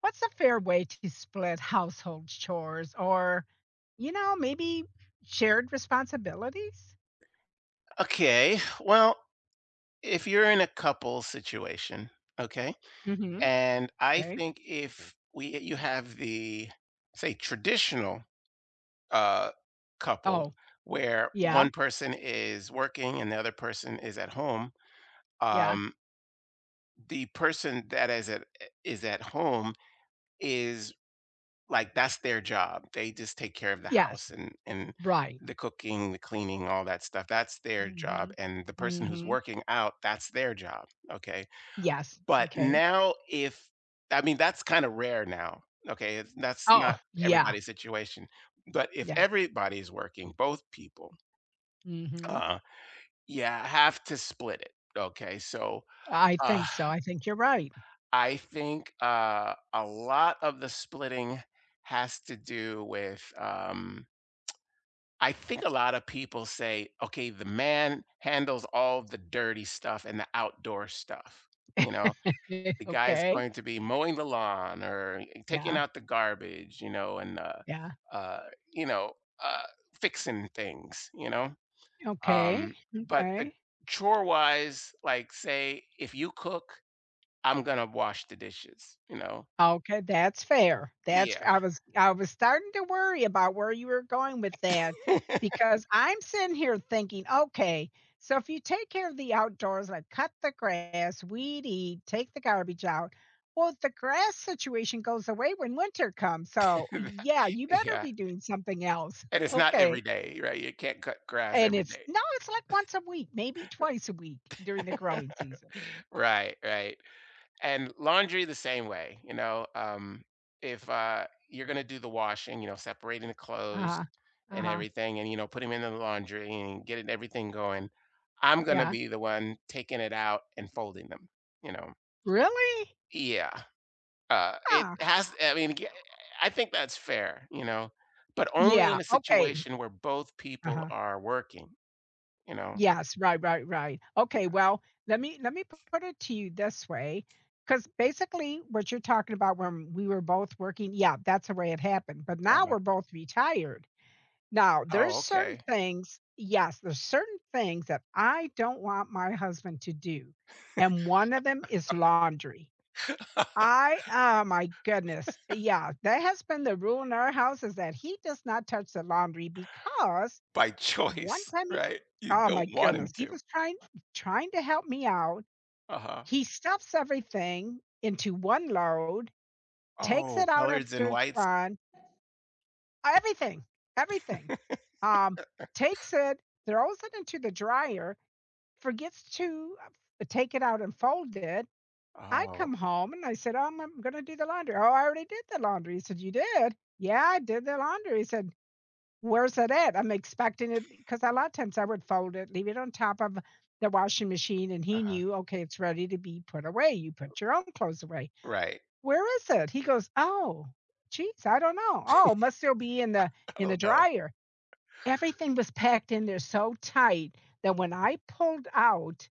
What's a fair way to split household chores or, maybe shared responsibilities? Okay. Well, if you're in a couple situation, okay? Mhm. And I Right? think if we you have the say traditional uh couple Oh, where yeah, one person is working and the other person is at home, yeah. um the person that is at home is like that's their job. They just take care of the Yes, house and right. the cooking, the cleaning, all that stuff. That's their job. Mhm. And the person who's Mhm. working out, that's their job. Okay. Yes, But okay. now if, I mean, that's kinda rare now, okay? It's that's not Oh, yeah, everybody's situation. But if yeah. everybody's working, both people, Mhm. uh, yeah, I have to split it, okay? So, I uh, think so, I think you're right. I think, a lot of the splitting has to do with, I think a lot of people say, "Okay, the man handles all the dirty stuff and the outdoor stuff," you know? The guy's Okay. going to be mowing the lawn or taking Yeah, out the garbage, you know, and, yeah. uh, you know, uh, fixing things, you know? Okay, But the okay. chore wise, like, say, if you cook, I'm going to wash the dishes, you know? Okay, that's fair. That's Yeah. I was starting to worry about where you were going with that because I'm sitting here thinking, okay, so if you take care of the outdoors, like cut the grass, weed eat, take the garbage out, well, the grass situation goes away when winter comes. So yeah, you better Yeah. be doing something else. And it's not every Okay. day, right? You can't cut grass And every it's day. no, it's like once a week, maybe twice a week during the growing season. Right, right. And laundry the same way, you know. If you're going to do the washing, you know, separating the clothes Uh-huh. and Uh-huh. everything, and you know, putting them in the laundry and getting everything going, I'm going to Yeah. be the one taking it out and folding them, you know. Really? Yeah. It Ah. has, I mean, I think that's fair, you know, but only in Yeah. a Okay. situation where both people Uh-huh. are working, you know. Yes, right, right, right. Okay, Yeah. well, let me put it to you this way, because basically what you're talking about when we were both working, yeah, that's the way it happened. But now uh, we're both retired. Now, there's oh, certain okay. things, yes, there's certain things that I don't want my husband to do. And one of them is laundry. I, oh my goodness. Yeah, that has been the rule in our house is that he does not touch the laundry because By one choice, time he, right? You oh my don't want him goodness, he to. was trying to help me out. Uh-huh. He stuffs everything into one load, takes Oh, it out coloreds and after it's whites? done, everything, everything. Um, Takes it, throws it into the dryer, forgets to take it out and fold it. I Oh, come home and I said, I'm going to do the laundry." "Oh, I already did the laundry." He said, "You did?" "Yeah, I did the laundry." He said, "Where's it at?" I'm expecting it because a lot of times I would fold it, leave it on top of the washing machine, and he uh-huh, knew, okay, it's ready to be put away. You put your own clothes away. right. Where is it? He goes, "Oh, geez, I don't know. Oh, must still be in the I don't know. dryer." Everything was packed in there so tight that when I pulled out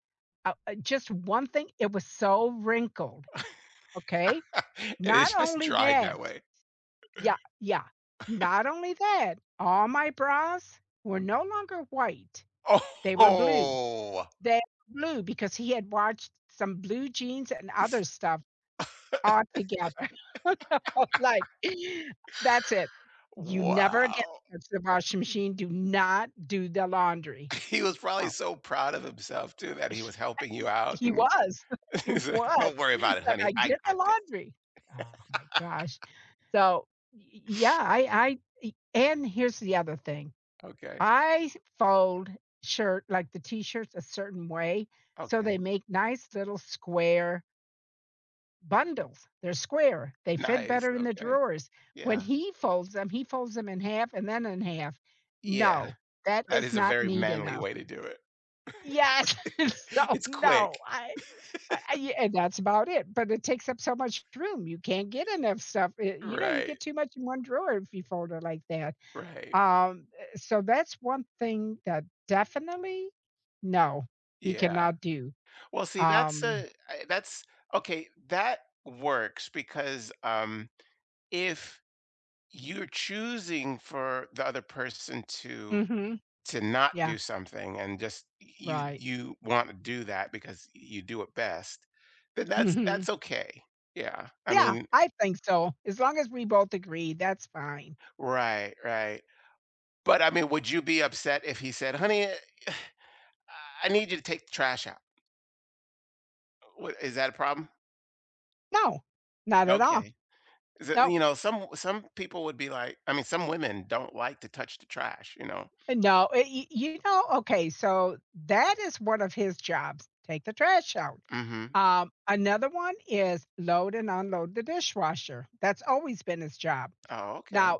just one thing, it was so wrinkled. Okay. And Not it's just only dried that, that way. yeah, yeah. Not only that, all my bras were no longer white, they were blue. Oh, They were blue because he had watched some blue jeans and other stuff all together. I was like, "That's it. You never again wow. touch the washing machine, do not do the laundry." He was probably No. so proud of himself too that he was helping you He out, he and was, he he said, was. "Don't worry about it, Like, "I honey. I did the got this." laundry." Oh my gosh. So, y y yeah, I. I e and here's the other thing. Okay, I fold shirt like the T-shirts a certain way, so they okay. make nice little square bundles. They're square. They fit Nice, better in the okay. drawers. When Yeah, he folds them in half and then in half. yeah. No, that That is is a not very neat manly enough. way to do it. Yes. So, It's quick. no, I yeah, and that's about it, but it takes up so much room. You can't get enough stuff. You Right, get too much in one drawer if you fold it like that. right. So that's one thing that definitely no, he Yeah. cannot do. Well, see, that's Um a I that's okay, that works because, if you're choosing for the other person mhm, to not yeah, do something and just right. you want to do that because you do it best, then Mhm. that's okay. Yeah, I Yeah, mean, I think so. As long as we both agree, that's fine. right, right. But, I mean, would you be upset if he said, "Honey, I need you to take the trash out." Would is that a problem? No, not at all. Okay. Is, No, you know, some people would be like, I mean, some women don't like to touch the trash, you know? no, okay, so that is one of his jobs, take the trash out. Mhm. Another one is load and unload the dishwasher. That's always been his job. Oh, okay. Now,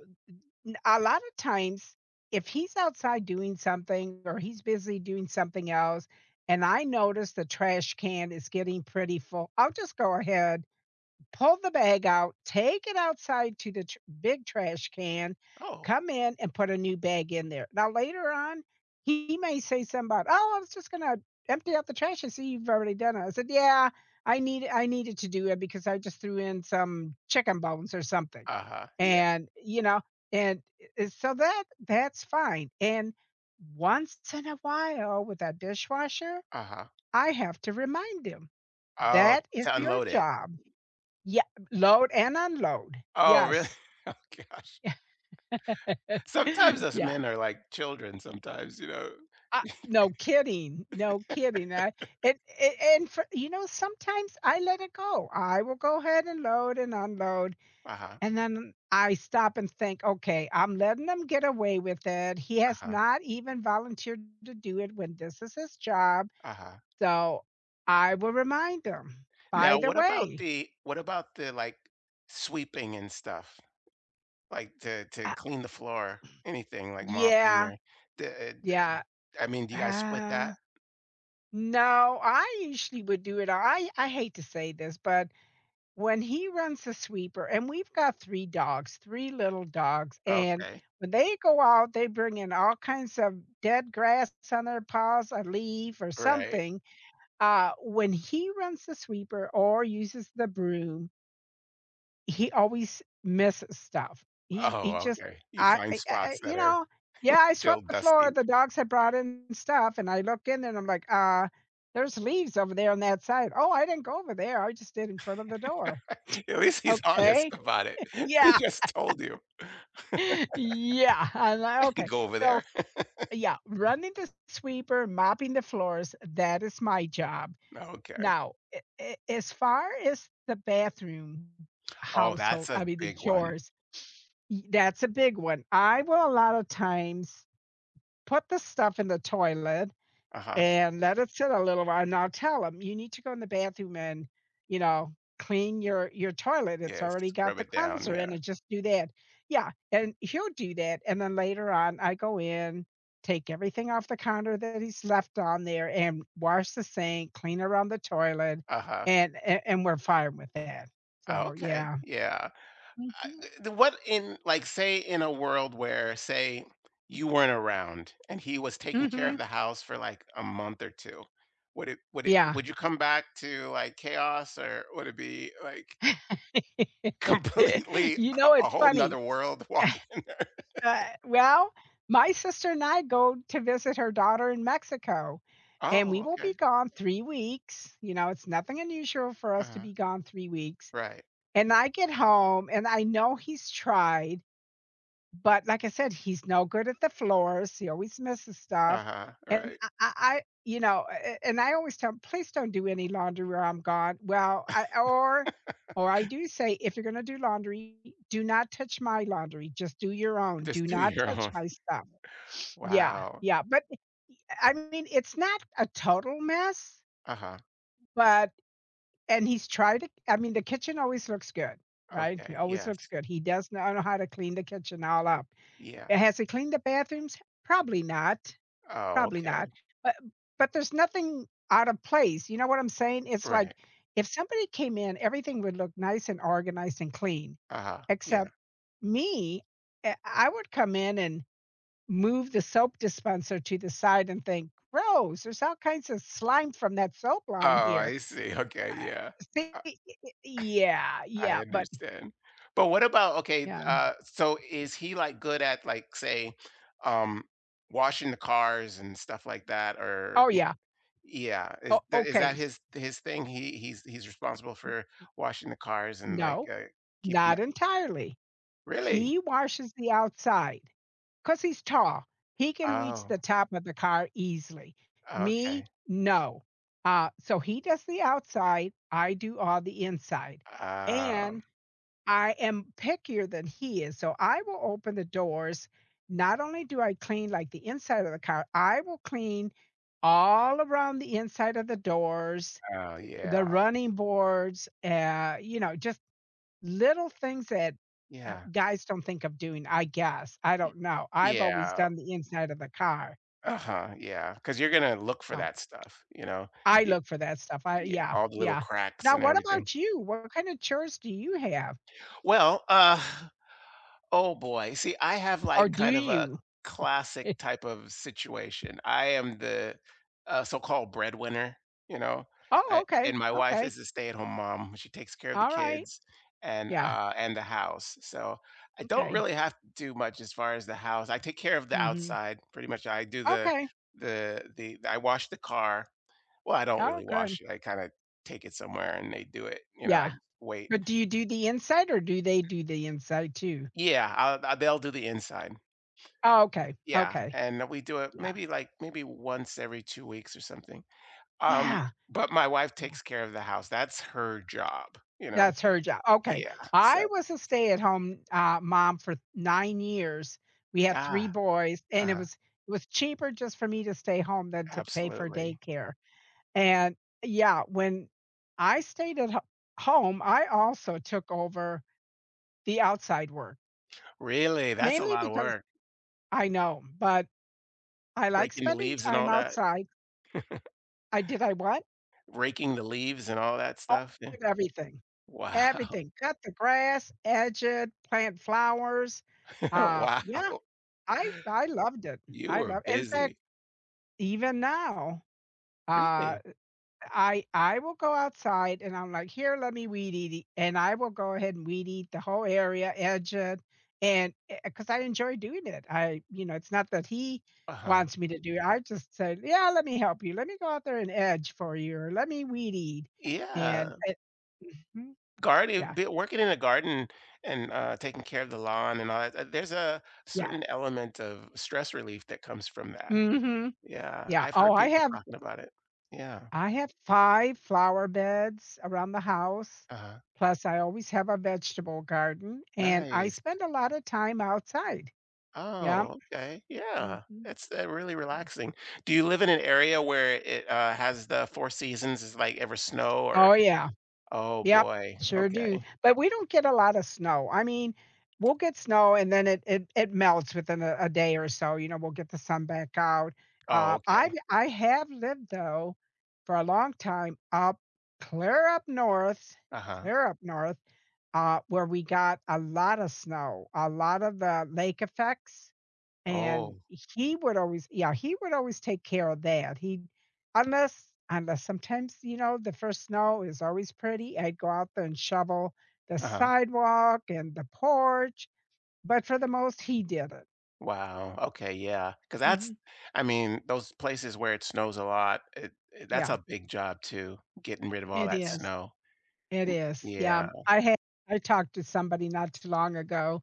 N a lot of times, if he's outside doing something or he's busy doing something else, and I notice the trash can is getting pretty full, I'll just go ahead pull the bag out, take it outside to the tr big trash can, Oh. come in and put a new bag in there. Now later on, he may say something about, "Oh, I was just gonna empty out the trash and see you've already done it." I said, "Yeah, I needed to do it because I just threw in some chicken bones or something." Uh-huh. Yeah. And, you know, and I so that's fine, and once in a while with that dishwasher, Uh-huh. I have to remind him, Oh, "That is to your unload it. job." Yeah, load and unload. Oh, really? Yes. Oh, gosh. Sometimes us Yeah. men are like children sometimes, you know? No kidding, no kidding. I and for you know, Sometimes I let it go. I will go ahead and load and unload, Uh-huh. and then I stop and think, "Okay, I'm letting him get away with it. He has Uh-huh. not even volunteered to do it when this is his job." Uh-huh. So, I will remind him, "By Now, the what about way." the like, sweeping and stuff? Like, to uh, clean the floor, anything like mopping yeah, or the yeah. I mean, do you guys split Uh, that? No, I usually would do it. I hate to say this, but when he runs the sweeper, and we've got 3 dogs, 3 little dogs, and Okay. when they go out, they bring in all kinds of dead grass on their paws, a leaf or Right. something. When he runs the sweeper or uses the broom, he always misses stuff. He Oh, just okay. You find I spots that you are know, Yeah, I still swept the floor, dusty. the dogs had brought in stuff, and I look in and I'm like, There's leaves over there on that side." "Oh, I didn't go over there, I just did in front of the door." At least he's honest "Okay." about it. He Yeah. just told you, Yeah, I'm like, "Okay." "Go over there." So, yeah, running the sweeper, mopping the floors, that is my job. Okay. Now, a as far as the bathroom, Oh, household that's I a mean, the big one. chores. Y That's a big one. I will a lot of times put the stuff in the toilet Uh-huh. and let it sit a little while, and I'll tell 'em, "You need to go in the bathroom and, clean your toilet. It's Yes, already rub got the it down, cleanser in, yeah. and just do that." Yeah, and he'll do that, and then later on, I go in, take everything off the counter that he's left on there, and wash the sink, clean around the toilet, Uh-huh. and we're fine with that. Oh, So, okay, yeah. yeah. I Mhm. the what in, like, say, in a world where, say, you weren't around and he was taking care of Mhm. the house for, like, a month or 2, would it would it Yeah. would you come back to, like, chaos, or would it be like, completely You a know, it's whole 'nother funny. world, walking in there. Well, my sister and I go to visit her daughter in Mexico, and we Oh, will be okay. gone 3 weeks. You know, it's nothing unusual for us to Uh-huh. be gone 3 weeks. Right. And I get home, and I know he's tried, but like I said, he's no good at the floors, he always misses stuff, Uh-huh, and right. I you know, a and I always tell him, "Please don't do any laundry where I'm gone." Well, I or I do say, "If you're gonna do laundry, do not touch my laundry, just do your own, Just do do not your touch own. my stuff." Yeah, Wow. yeah, but, I mean, it's not a total mess, Uh-huh. but and he's tried to. I mean, the kitchen always looks good, right? He Okay, always looks yes. good, he does know how to clean the kitchen all up. Yeah. Has he cleaned the bathrooms? Probably not, Oh, probably okay. not, but but there's nothing out of place, you know what I'm saying? It's like, Right. if somebody came in, everything would look nice and organized and clean, Uh-huh, yeah. except me, I would come in and move the soap dispenser to the side and think, "Gross, there's all kinds of slime from that soap on Oh, here." I see. Okay, yeah. See, I yeah, I yeah, but understand. But what about okay, yeah. So is he, like, good at, like, say, um, washing the cars and stuff like that, or Oh, yeah. yeah, is Oh, that okay. His thing? He's responsible N for washing the cars and, like, no, keeping not that. entirely. Really? He washes the outside because he's tall. He can reach Oh, the top of the car easily. oh, Me, okay. no. So he does the outside, I do all the inside, Oh, and I am pickier than he is, so I will open the doors. Not only do I clean, like, the inside of the car, I will clean all around the inside of the doors, oh, the yeah, running boards, just little things that, yeah, guys don't think of doing, I guess, I y don't know. I've always yeah, done the inside of the car. uh-huh, yeah. Because 'cause you're gonna look for Oh, that stuff, you know? I Y look for that stuff, I yeah, yeah, all the little yeah. cracks Now and what everything. about you? What kind of chores do you have? Well, oh, boy. See, I have Or like do kind of a you? classic type of situation. I am the so-called breadwinner, you know, Oh, okay, and my wife okay, is a stay-at-home mom. She takes care of the alright, kids yeah, and the house. So I don't okay, really have to do much as far as the house. I take care of the mhm, outside pretty much. I do okay, the I wash the car. Well, I don't oh, really wash good, it. I kind of take it somewhere and they do it. You know, I yeah, just wait. but do you do the inside or do they do the inside too? Yeah, I'll, I they'll do the inside. Oh, okay, Yeah, okay, and we do it yeah, maybe like maybe once every 2 weeks or something. Um, yeah. but my wife takes care of the house. That's her job, you know? That's her job. Okay. Yeah, so I was a stay-at-home, mom for 9 years. We had 3 yeah, boys, and it uh was it was cheaper just for me to stay home than to pay for absolutely. daycare, and yeah, when I stayed at ho home, I also took over the outside work, Really? That's a mainly lot of because work. I know, but I like Raking the spending leaves and time all that? outside. I did I what? Raking the leaves and all that Oh, stuff? I Yeah. did everything, Wow. everything, cut the grass, edge it, plant flowers, Wow. yeah. I loved it. You I were love In fact, busy. even now, uh, Really? I will go outside and I'm like, "Here, let me weed eat it," and I will go ahead and weed eat the whole area, edge it, and because I enjoy doing it. It's not that he Uh-huh. wants me to do it. I just say, "Yeah, let me help you. Let me go out there and edge for you, or let me weed eat." And Yeah. it Mhm, Garden yeah, be working in a garden and, taking care of the lawn and all that, there's a yeah, certain element of stress relief that comes from that. mhm, Yeah, yeah. I've Oh, heard I people have talking about it. Yeah. I have 5 flower beds around the house, uh plus I always have a vegetable garden, and I Nice. spend a lot of time outside. Yeah. Oh, okay. Yeah. Mhm. It's, really relaxing. Do you live in an area where it, has the 4 seasons? Is, like, ever snow or Oh, yeah. oh, Yep, boy. sure do. Okay. But we don't get a lot of snow. I mean, we'll get snow, and then it melts within a day or so, you know, we'll get the sun back out. Oh, I okay. I have lived, though, for a long time up clear up north, Uh-huh. clear up north where we got a lot of snow, a lot of the lake effects, and Oh. he would always, yeah, he would always take care of that. He unless unless sometimes, the first snow is always pretty, I'd go out there and shovel the Uh-huh. sidewalk and the porch, but for the most, he did it. Wow, okay, yeah. Cause that's, Mhm. I mean, those places where it snows a lot, it that's Yeah. a big job too, getting rid of all It that is. snow. It is. Yeah. Yeah. I talked to somebody not too long ago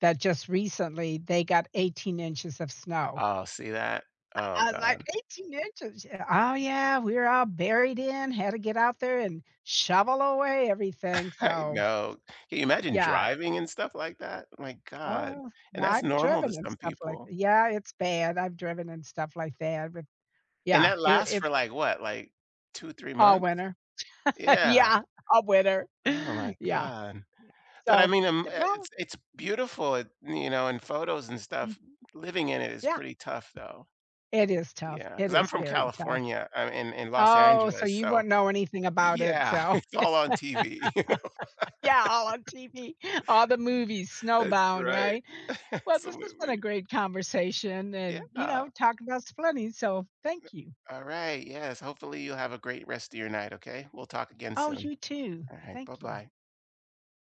that just recently they got 18 inches of snow. Oh, see that? Oh I was like, god. 18 inches. Yeah. Oh, yeah. We were all buried in, had to get out there and shovel away everything. I So, know. Can you imagine yeah. driving and stuff like that? My god, Oh, and yeah. that's I've normal to driven and some stuff like people. that. Yeah, it's bad. I've driven and stuff like that. But And yeah, that it, lasts for it's like what, like 2, 3 all months? winter. Yeah. Yeah, all winter. Oh Yeah. my Yeah. god. But I So, mean, well, it's beautiful, it you know, in photos and stuff. mhm. Living in it is Yeah, pretty tough though. it is tough. Yeah, because It 'cause I'm is from very tough. California, I'm in Los Oh, so Angeles, you will so not know anything about it. yeah, So, it's all on TV. yeah, all on TV, all the movies, That's Snowbound, right. right? Well, this has been a Absolutely. great conversation and, you know, Yeah. talking about s so thank you. Alright, yes, hopefully, you have a great rest of your night, okay? We'll talk again Oh, soon. you too. Alright, Thank you. bye-bye.